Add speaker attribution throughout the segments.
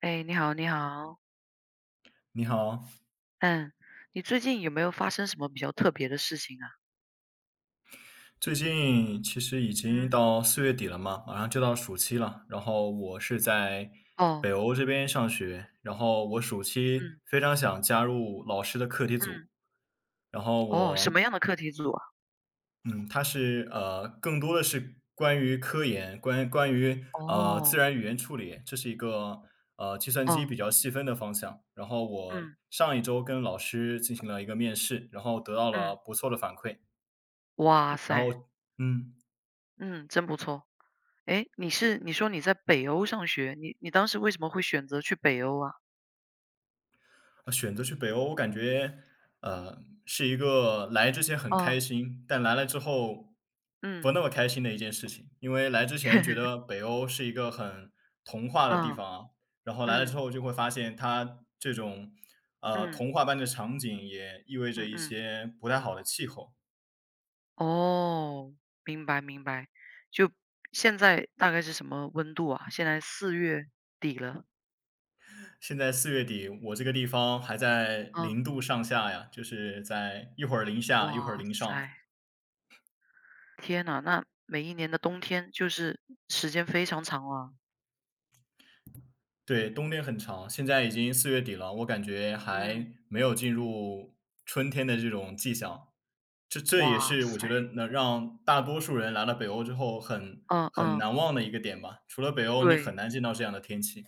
Speaker 1: 哎，你好，你好，
Speaker 2: 你好，
Speaker 1: 嗯，你最近有没有发生什么比较特别的事情啊？
Speaker 2: 最近其实已经
Speaker 1: 嗯，
Speaker 2: 到四月底了嘛，马上就到暑期了。然后我是在
Speaker 1: 哦，
Speaker 2: 北欧这边上学，然后我暑期
Speaker 1: 嗯
Speaker 2: 非常想加入老师的课题组。
Speaker 1: 嗯，
Speaker 2: 然后
Speaker 1: 哦，什
Speaker 2: 我，
Speaker 1: 么样的课题组啊？
Speaker 2: 嗯，它是更多的是关于科研，关于自
Speaker 1: 哦，
Speaker 2: 然语言处理，这是一个计算机
Speaker 1: 哦，
Speaker 2: 比较细分的方向。然后我
Speaker 1: 嗯
Speaker 2: 上一周跟老师进行了一个面试，然后得到
Speaker 1: 嗯，
Speaker 2: 了不错的反馈。
Speaker 1: 哇
Speaker 2: 然
Speaker 1: 塞，
Speaker 2: 后，嗯。
Speaker 1: 嗯，真不错。哎，你说你在北欧上学，你当时为什么会选择去北欧啊？
Speaker 2: 选择去北欧，我感觉，呃，是一个来之前很
Speaker 1: 哦，
Speaker 2: 开心，但来了之后不
Speaker 1: 嗯，
Speaker 2: 那么开心的一件事情。因为来之前觉 得北欧是一个很童话的地
Speaker 1: 啊，
Speaker 2: 方啊，然后来了之
Speaker 1: 嗯
Speaker 2: 后就会发现它这种
Speaker 1: 嗯
Speaker 2: 童话般的场景也意味
Speaker 1: 嗯
Speaker 2: 着一
Speaker 1: 嗯，
Speaker 2: 些不太好的气候。
Speaker 1: 哦，明白明白。就现在大概是什么温度啊？现在四月底了。
Speaker 2: 现在四月底，我这个地方还在
Speaker 1: 嗯。
Speaker 2: 零度上下呀，就是在一会儿零下，一会儿
Speaker 1: 哇
Speaker 2: 零
Speaker 1: 塞，
Speaker 2: 上。
Speaker 1: 天呐，那每一年的冬天就是时间非常长了。
Speaker 2: 对，冬天很长，现在已经四月底了，我感觉
Speaker 1: 嗯，
Speaker 2: 还没有进入春天的这种迹象。这也
Speaker 1: 哇
Speaker 2: 是我
Speaker 1: 塞，
Speaker 2: 觉得能让大多数人来了北欧之后很
Speaker 1: 嗯
Speaker 2: 很
Speaker 1: 嗯，
Speaker 2: 难忘的一个点吧。除了北欧，你很
Speaker 1: 对，
Speaker 2: 难见到这样的天气。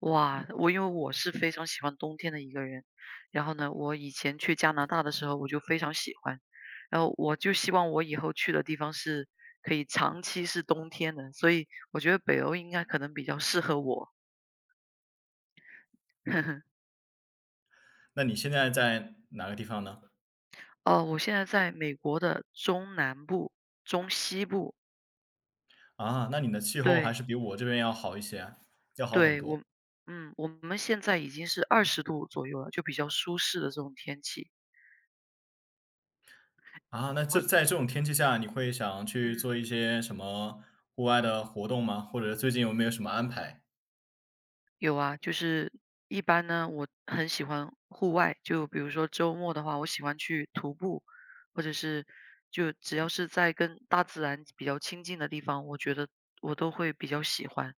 Speaker 1: 哇，我因为我是非常喜欢冬天的一个人，然后呢，我以前去加拿大的时候我就非常喜欢，然后我就希望我以后去的地方是可以长期是冬天的，所以我觉得北欧应该可能比较适合我。
Speaker 2: 那你现在
Speaker 1: 嗯，
Speaker 2: 在哪个地方呢？
Speaker 1: 哦，我现在在美国的中南部、中西部，
Speaker 2: 啊，那你的气候还
Speaker 1: 对。
Speaker 2: 是比我这边要好一些，要好很
Speaker 1: 对，
Speaker 2: 多。
Speaker 1: 我嗯，我们现在已经是20度左右了，就比较舒适的这种天气。
Speaker 2: 啊，那这
Speaker 1: 会
Speaker 2: 在这种天气下，你会想去
Speaker 1: 嗯，
Speaker 2: 做一些什么户外的活动吗？或者最近有没有什么安排？
Speaker 1: 有啊，就是一般呢，我很喜欢户外，就比如说周末的话，我喜欢去徒步，或者是就只要是在跟大自然比较亲近的地方，我觉得我都会比较喜欢。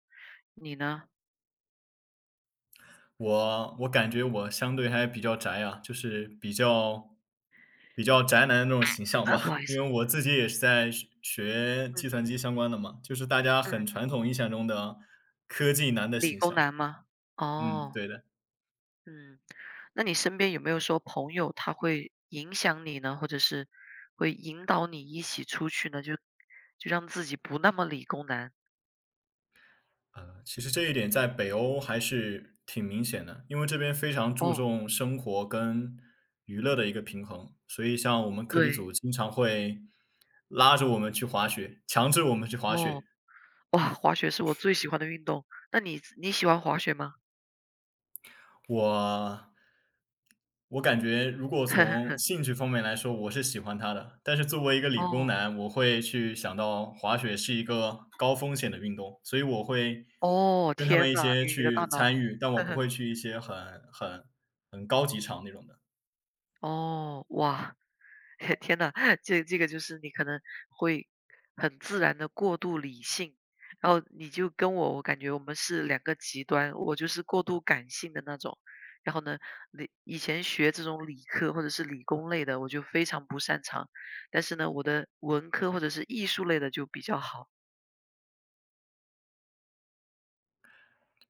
Speaker 1: 你呢？
Speaker 2: 我感觉我相对还比较宅啊，就是比较宅男的那种形象
Speaker 1: 啊，不好
Speaker 2: 吧。
Speaker 1: 意 思，
Speaker 2: 因为我自己也是在学
Speaker 1: 嗯
Speaker 2: 计算机相关的嘛，就是大家很
Speaker 1: 嗯，
Speaker 2: 传统印象中的科技男的
Speaker 1: 理
Speaker 2: 形
Speaker 1: 工
Speaker 2: 象。
Speaker 1: 男吗？
Speaker 2: 嗯，
Speaker 1: 哦。
Speaker 2: 对的。
Speaker 1: 嗯，那你身边有没有说朋友他会影响你呢，或者是会引导你一起出去呢？就就让自己不那么理工男。
Speaker 2: 其实这一点在北欧还是挺明显的，因为这边非常注
Speaker 1: 哦，
Speaker 2: 重生活跟娱乐的一个平衡，所以像我们课题
Speaker 1: 对，
Speaker 2: 组经常会拉着我们去滑雪，强制我们去滑
Speaker 1: 哦，
Speaker 2: 雪。
Speaker 1: 哇，滑雪是我最喜欢的运动。那你喜欢滑雪吗？
Speaker 2: 我我感觉如果从 兴趣方面来说，我是喜欢他的。但是作为一个理工
Speaker 1: 哦
Speaker 2: 男，我会去想到滑雪是一个高风险的运动，所以我会
Speaker 1: 哦，
Speaker 2: 跟他
Speaker 1: 天
Speaker 2: 们一
Speaker 1: 呐，
Speaker 2: 些
Speaker 1: 你的大
Speaker 2: 去
Speaker 1: 脑，
Speaker 2: 参与，但我不 会去一些很高级场那种的。
Speaker 1: 哦，哇，天呐，这个就是你可能会很自然的过度理性，然后你就跟我，我感觉我们是两个极端。我就是过度感性的那种，然后呢，以前学这种理科或者是理工类的，我就非常不擅长，但是呢，我的文科或者是艺术类的就比较好。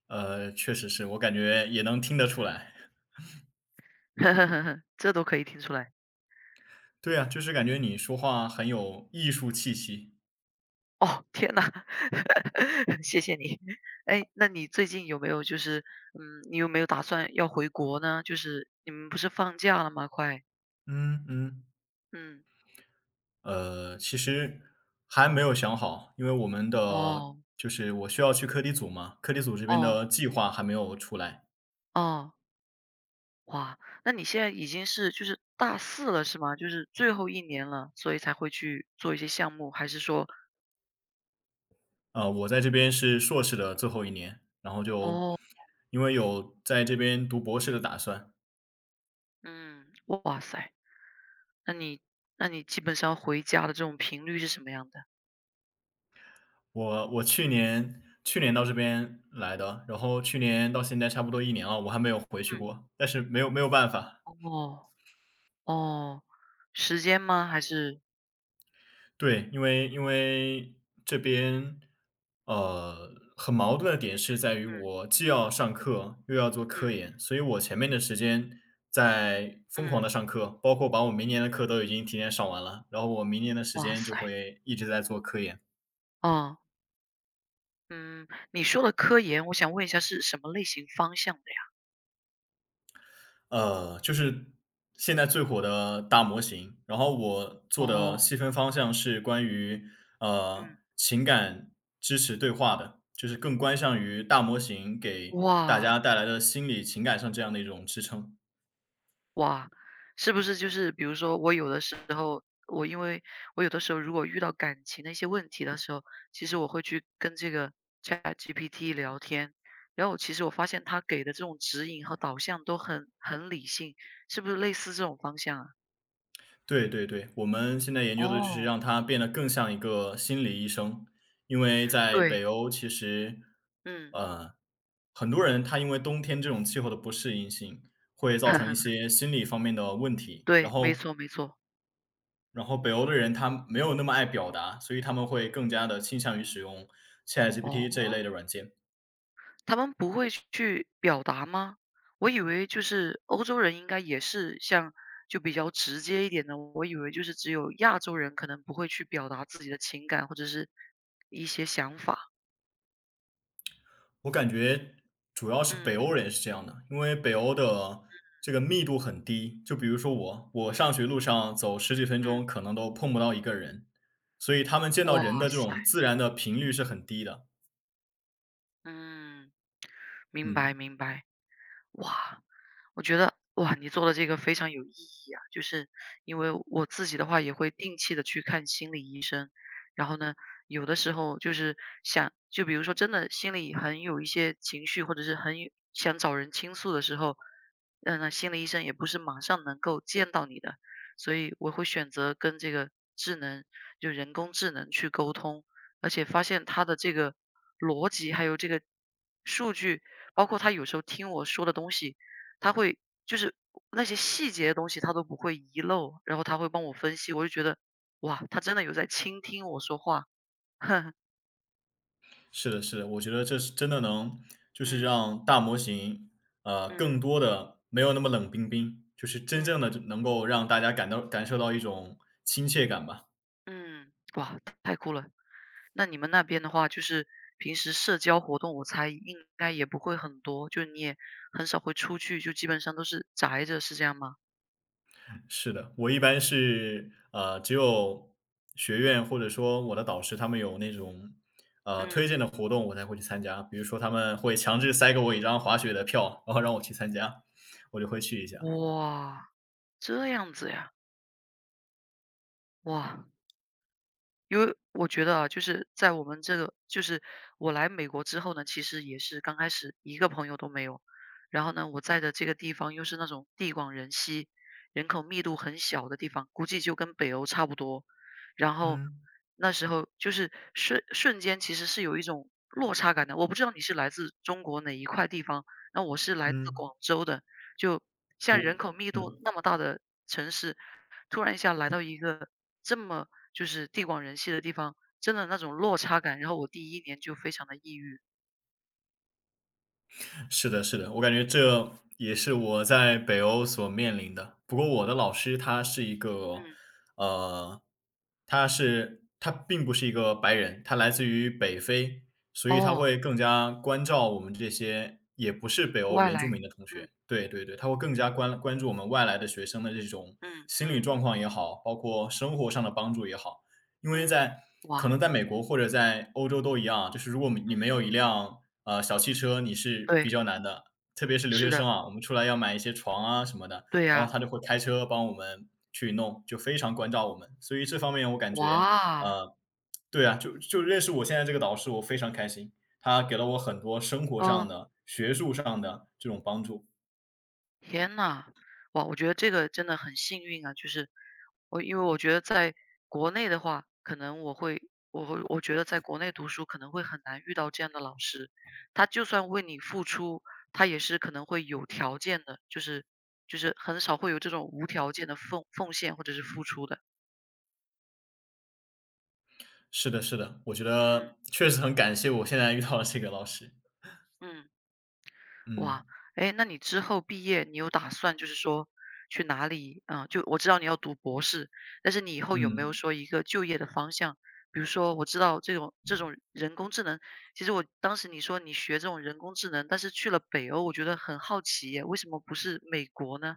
Speaker 2: 呃，确实是，我感觉也能听得出
Speaker 1: 嗯，
Speaker 2: 来。
Speaker 1: 这都可以听出来。
Speaker 2: 对啊，就是感觉你说话很有艺术气息。
Speaker 1: 哦，天呐，谢谢你。哎，那你最近有没有就是，嗯，你有没有打算要回国呢？就是你们不是放假了吗？快，
Speaker 2: 嗯嗯。
Speaker 1: 嗯，
Speaker 2: 其实还没有想好，因为我们的
Speaker 1: 哦，
Speaker 2: 就是我需要去课题组嘛，课题组这边
Speaker 1: 哦，
Speaker 2: 的计划还没有出来。
Speaker 1: 哦，哇，那你现在已经是就是大四了是吗？就是最后一年了，所以才会去做一些项目，还是说，
Speaker 2: 我在这边是硕士的最后一年，然后就
Speaker 1: 哦，
Speaker 2: 因为有在这边读博士的打算，
Speaker 1: 嗯，哇塞，那你那你基本上回家的这种频率是什么样的？
Speaker 2: 我去年到这边来的，然后去年到现在差不多一年了，我还没有回去
Speaker 1: 嗯，
Speaker 2: 过，但是没有办法。
Speaker 1: 哦，哦，时间吗？还是，
Speaker 2: 对，因为这边，很矛盾的点是在于
Speaker 1: 嗯
Speaker 2: 我既要上课又要做科
Speaker 1: 嗯。
Speaker 2: 研，所以我前面的时间在疯狂
Speaker 1: 嗯。
Speaker 2: 的上课，包括把我明年的课都已经提前上完了，然后我明年的时
Speaker 1: 哇
Speaker 2: 间
Speaker 1: 塞，
Speaker 2: 就会一直在做科研。
Speaker 1: 啊，嗯，你说的科研，我想问一下是什么类型方向的呀？
Speaker 2: 就是现在最火的大模型，然后我做的
Speaker 1: 哦，
Speaker 2: 细分方向是关于
Speaker 1: 嗯。
Speaker 2: 情感支持对话的，就是更关向于大模型给大
Speaker 1: 哇，
Speaker 2: 家带来的心理情感上这样的一种支撑。
Speaker 1: 哇，是不是就是比如说我有的时候我因为我有的时候如果遇到感情的一些问题的时候，其实我会去跟这个 ChatGPT 聊天，然后其实我发现他给的这种指引和导向都很理性，是不是类似这种方向啊？
Speaker 2: 对对对，我们现在研究的就是
Speaker 1: 哦，
Speaker 2: 让它变得更像一个心理医生，因为在
Speaker 1: 对，
Speaker 2: 北欧其实，
Speaker 1: 嗯，
Speaker 2: 呃，很多人他因为冬天这种气候的不适应性，会造成一 些心理方面的问题，然
Speaker 1: 对，没
Speaker 2: 后
Speaker 1: 错没错，
Speaker 2: 北欧的人他没有那么爱表达，所以他们会更加的倾向于使用 ChatGPT 这一
Speaker 1: 哦。
Speaker 2: 类的软件。
Speaker 1: 他们不会去表达吗？我以为就是欧洲人应该也是像就比较直接一点的，我以为就是只有亚洲人可能不会去表达自己的情感或者是一些想法。
Speaker 2: 我感觉主要是北
Speaker 1: 嗯
Speaker 2: 欧人是这样的，因为北欧的这个密度很低，就比如说我上
Speaker 1: 嗯
Speaker 2: 学路上走十几分
Speaker 1: 嗯，
Speaker 2: 钟可能都碰不到一个人，所以他们见到
Speaker 1: 哇
Speaker 2: 人的这
Speaker 1: 塞，
Speaker 2: 种自然的频率是很低的。
Speaker 1: 嗯，明白
Speaker 2: 嗯。
Speaker 1: 明白。哇，我觉得哇，你做的这个非常有意义啊！就是因为我自己的话，也会定期的去看心理医生。然后呢，有的时候就是想，就比如说真的心里很有一些情绪，或者是很有想找人倾诉的时候，嗯，那心理医生也不是马上能够见到你的，所以我会选择跟这个智能，就人工智能去沟通，而且发现它的这个逻辑还有这个。数据。包括他有时候听我说的东西，他会就是那些细节的东西他都不会遗漏，然后他会帮我分析，我就觉得哇，他真的有在倾听我说话，
Speaker 2: 是的，是的，我觉得这是真的能，就是
Speaker 1: 嗯
Speaker 2: 让大模型，更
Speaker 1: 嗯
Speaker 2: 多的没有那么冷冰冰，就是真正
Speaker 1: 嗯
Speaker 2: 的能够让大家感受到一种亲切感吧。
Speaker 1: 嗯哇，太酷了！那你们那边的话，就是平时社交活动，我猜应该也不会很多，就你也很少会出去，就基本上都是宅着，是这样吗？
Speaker 2: 是的，我一般是只有学院或者说我的导师他们有那种推
Speaker 1: 嗯，
Speaker 2: 荐的活动，我才会去参加。比如说他们会强制塞给我一张滑雪的票，然后让我去参加，我就会去一下。
Speaker 1: 哇，这样子呀，哇，因为我觉得啊，就是在我们这个，就是我来美国之后呢，其实也是刚开始一个朋友都没有，然后呢，我在的这个地方又是那种地广人稀、人口密度很小的地方，估计就跟北欧差不多。然后
Speaker 2: 嗯
Speaker 1: 那时候就是瞬间，其实是有一种落差感的。我不知道你是来自中国哪一块地方，那我是来自
Speaker 2: 嗯。
Speaker 1: 广州的，就像
Speaker 2: 我
Speaker 1: 人口密
Speaker 2: 嗯。
Speaker 1: 度那么大的城市，突然一下来到一个这么就是地广人稀的地方，真的那种落差感，然后我第一年就非常的抑郁。
Speaker 2: 是的，是的，我感觉这也是我在北欧所面临的。不过我的老师他是一个，
Speaker 1: 嗯，
Speaker 2: 呃，他是他并不是一个白人，他来自于北非，所以他
Speaker 1: 哦，
Speaker 2: 会更加关照我们这些也不是北欧
Speaker 1: 外
Speaker 2: 原住
Speaker 1: 来，
Speaker 2: 民的同
Speaker 1: 嗯，
Speaker 2: 学。对对对，他会更加关注我们外来的学生的这种
Speaker 1: 嗯，
Speaker 2: 心理
Speaker 1: 嗯，
Speaker 2: 状况也好，包括生活上的帮助也好。因为
Speaker 1: 嗯，
Speaker 2: 在可
Speaker 1: 哇，
Speaker 2: 能在美国或者在欧洲都一样啊，就是如果你没有一辆，小汽车，你是比
Speaker 1: 对，
Speaker 2: 较难的。特别是留
Speaker 1: 是
Speaker 2: 学生
Speaker 1: 的，
Speaker 2: 啊，我们出来要买一些床啊什么的，
Speaker 1: 对
Speaker 2: 然后
Speaker 1: 呀，
Speaker 2: 他就会开车帮我们去弄，就非常关照我们。所以这方面我感觉，
Speaker 1: 哇，
Speaker 2: 呃，对啊，就认识我现在这个导师，我非常开心，他给了我很多生活上
Speaker 1: 嗯。
Speaker 2: 的、学术上的这种帮助。
Speaker 1: 天呐，哇，我觉得这个真的很幸运啊！就是我，因为我觉得在国内的话，可能我会，我会，我觉得在国内读书可能会很难遇到这样的老师，他就算为你付出，他也是可能会有条件的，就是就是很少会有这种无条件的奉献或者是付出的。
Speaker 2: 是的，是的，我觉得
Speaker 1: 嗯
Speaker 2: 确实很感谢我现在遇到了这个老师。
Speaker 1: 嗯。哇，
Speaker 2: 嗯，
Speaker 1: 哎，那你之后毕业，你有打算就是说去哪里？嗯，就我知道你要读博士，但是你以后有没有
Speaker 2: 嗯。
Speaker 1: 说一个就业的方向？比如说，我知道这种人工智能，其实我当时你说你学这种人工智能，但是去了北欧，我觉得很好奇耶，为什么不是美国呢？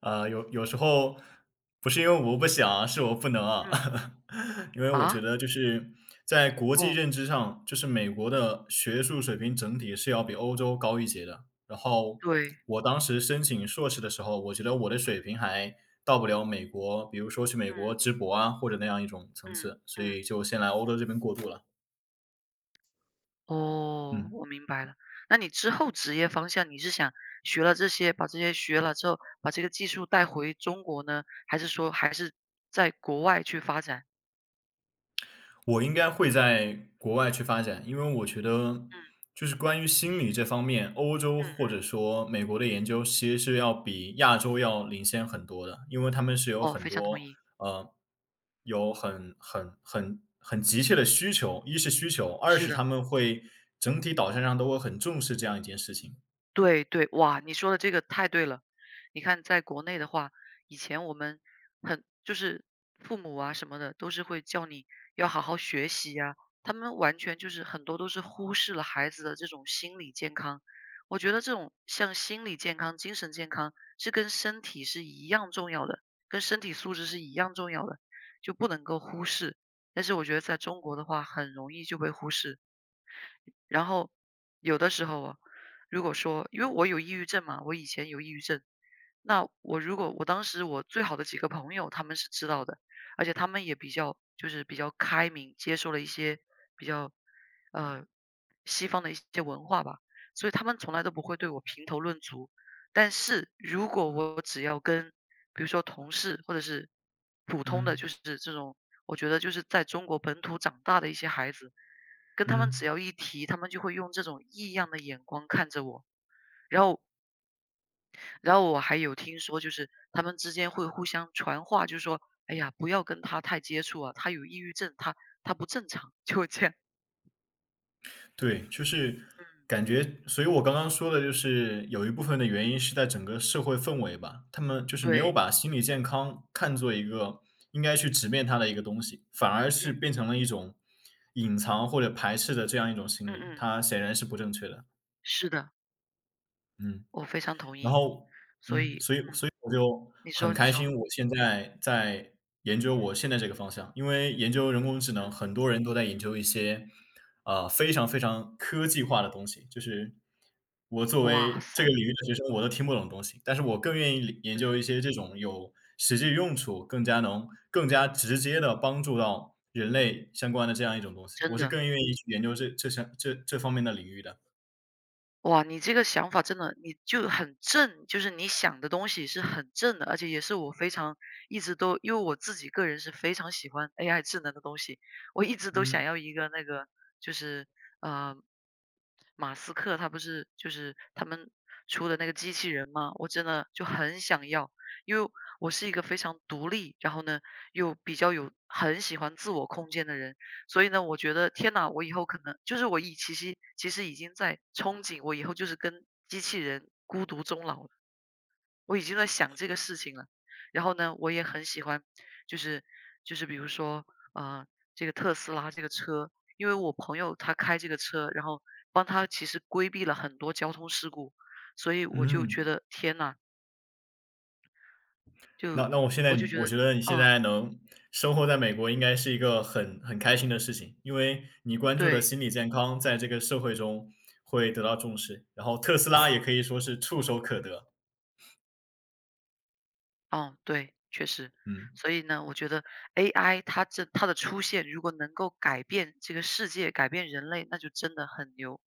Speaker 2: 有时候不是因为我不想，是我不能啊。
Speaker 1: 嗯，
Speaker 2: 因为我觉
Speaker 1: 啊，
Speaker 2: 得就是在国际
Speaker 1: 哦，
Speaker 2: 认知上，就是美国的学术水平整体是要比欧洲高一截的。然后
Speaker 1: 对，
Speaker 2: 我当时申请硕士的时候，我觉得我的水
Speaker 1: 嗯
Speaker 2: 平还到不了美国，比如说去美
Speaker 1: 嗯
Speaker 2: 国直博啊，或者那样一种层
Speaker 1: 嗯
Speaker 2: 次，所
Speaker 1: 嗯。
Speaker 2: 以就先来欧洲这边过渡了。
Speaker 1: 哦，
Speaker 2: 嗯。
Speaker 1: 我明白了。那你之后职业方向，你是想学了这些，把这些学了之后，把这个技术带回中国呢？还是说还是在国外去发展？
Speaker 2: 我应该会在国外去发展，因为我觉得
Speaker 1: 嗯
Speaker 2: 就是关于心理这方面，欧洲
Speaker 1: 嗯
Speaker 2: 或者说美国的研究其实是要比亚洲要领先很多的，因为他们是有
Speaker 1: 嗯，哦，
Speaker 2: 很
Speaker 1: 非常同
Speaker 2: 多
Speaker 1: 意，
Speaker 2: 呃，有很急切的需求，一是需求，二
Speaker 1: 是
Speaker 2: 是他
Speaker 1: 的。
Speaker 2: 们会整体导向上都会很重视这样一件事情。
Speaker 1: 对对，哇，你说的这个太对了。你看在国内的话，以前我们很就是父母啊什么的，都是会叫你要好好学习呀，他们完全就是很多都是忽视了孩子的这种心理健康。我觉得这种像心理健康、精神健康是跟身体是一样重要的，跟身体素质是一样重要的，就不能够忽视。但是我觉得在中国的话，很容易就被忽视。然后有的时候啊，如果说因为我有抑郁症嘛，我以前有抑郁症，那我如果我当时我最好的几个朋友他们是知道的，而且他们也比较就是比较开明，接受了一些比较呃西方的一些文化吧，所以他们从来都不会对我评头论足。但是如果我只要跟比如说同事或者是普通的就
Speaker 2: 嗯。
Speaker 1: 是这种，我觉得就是在中国本土长大的一些孩子，跟他们只
Speaker 2: 嗯。
Speaker 1: 要一提，他们就会用这种异样的眼光看着我。然后，然后我还有听说，就是他们之间会互相传话，就说：“哎呀，不要跟他太接触啊，他有抑郁症，他不正常。”就会这样。
Speaker 2: 对，就是
Speaker 1: 嗯
Speaker 2: 感觉，所以我刚刚说的就是有一部分的原
Speaker 1: 嗯，
Speaker 2: 因是在整个社会氛围吧，他们就是没有
Speaker 1: 对，
Speaker 2: 把心理健康看作一个应该去直面它的一个东西，反而是变
Speaker 1: 嗯
Speaker 2: 成了一种隐藏或者排斥的这样一种心
Speaker 1: 嗯
Speaker 2: 理，
Speaker 1: 嗯，
Speaker 2: 它显然是不正确的。
Speaker 1: 是的，
Speaker 2: 嗯。
Speaker 1: 我非常同
Speaker 2: 然
Speaker 1: 意。
Speaker 2: 后
Speaker 1: 所以，
Speaker 2: 所以
Speaker 1: 嗯，
Speaker 2: 所以我就
Speaker 1: 你
Speaker 2: 很
Speaker 1: 说你
Speaker 2: 开
Speaker 1: 说，
Speaker 2: 心，我现在在研究
Speaker 1: 嗯
Speaker 2: 我现在这个方向，因为研究人工智
Speaker 1: 嗯，
Speaker 2: 能，很多人都在研究一些，非常科技化的东西，就是我作
Speaker 1: 哇
Speaker 2: 为这
Speaker 1: 塞，
Speaker 2: 个领域的学生，我都听不懂的东西，但是我更愿意理研
Speaker 1: 嗯，
Speaker 2: 究一些这种有实际用处，更加直接的帮助到人类相关的这样一种东西，
Speaker 1: 真
Speaker 2: 我是
Speaker 1: 的。
Speaker 2: 更愿意去研究这这项这这方面的领域的。
Speaker 1: 哇，你这个想法真的，你就很正，就是你想的东西是很正的，而且也是我非常一直都，因为我自己个人是非常喜欢 AI 智能的东西，我一直都想
Speaker 2: 嗯，
Speaker 1: 要一个那个，就是呃马斯克他不是就是他们出的那个机器人吗？我真的就很想要，因为我是一个非常独立，然后呢又比较有很喜欢自我空间的人，所以呢，我觉得天呐，我以后可能就是其实已经在憧憬，我以后就是跟机器人孤独终老了。我已经在想这个事情了。然后呢，我也很喜欢，就是就是比如说，呃，这个特斯拉这个车，因为我朋友他开这个车，然后帮他其实规避了很多交通事故，所以我就觉
Speaker 2: 嗯。
Speaker 1: 得天呐，就
Speaker 2: 那我现
Speaker 1: 我就
Speaker 2: 在
Speaker 1: 觉
Speaker 2: 我
Speaker 1: 得，
Speaker 2: 觉得你现
Speaker 1: 嗯，
Speaker 2: 在能生活在美国应该是一个很开心的事情，因为你关注的
Speaker 1: 对，
Speaker 2: 心理健康在这个社会中会得到重视，然后特斯拉也可以说是触手可得。
Speaker 1: 嗯，对，确实。
Speaker 2: 嗯。
Speaker 1: 所以呢，我觉得 AI 它这它的出现，如果能够改变这个世界、改变人类，那就真的很牛。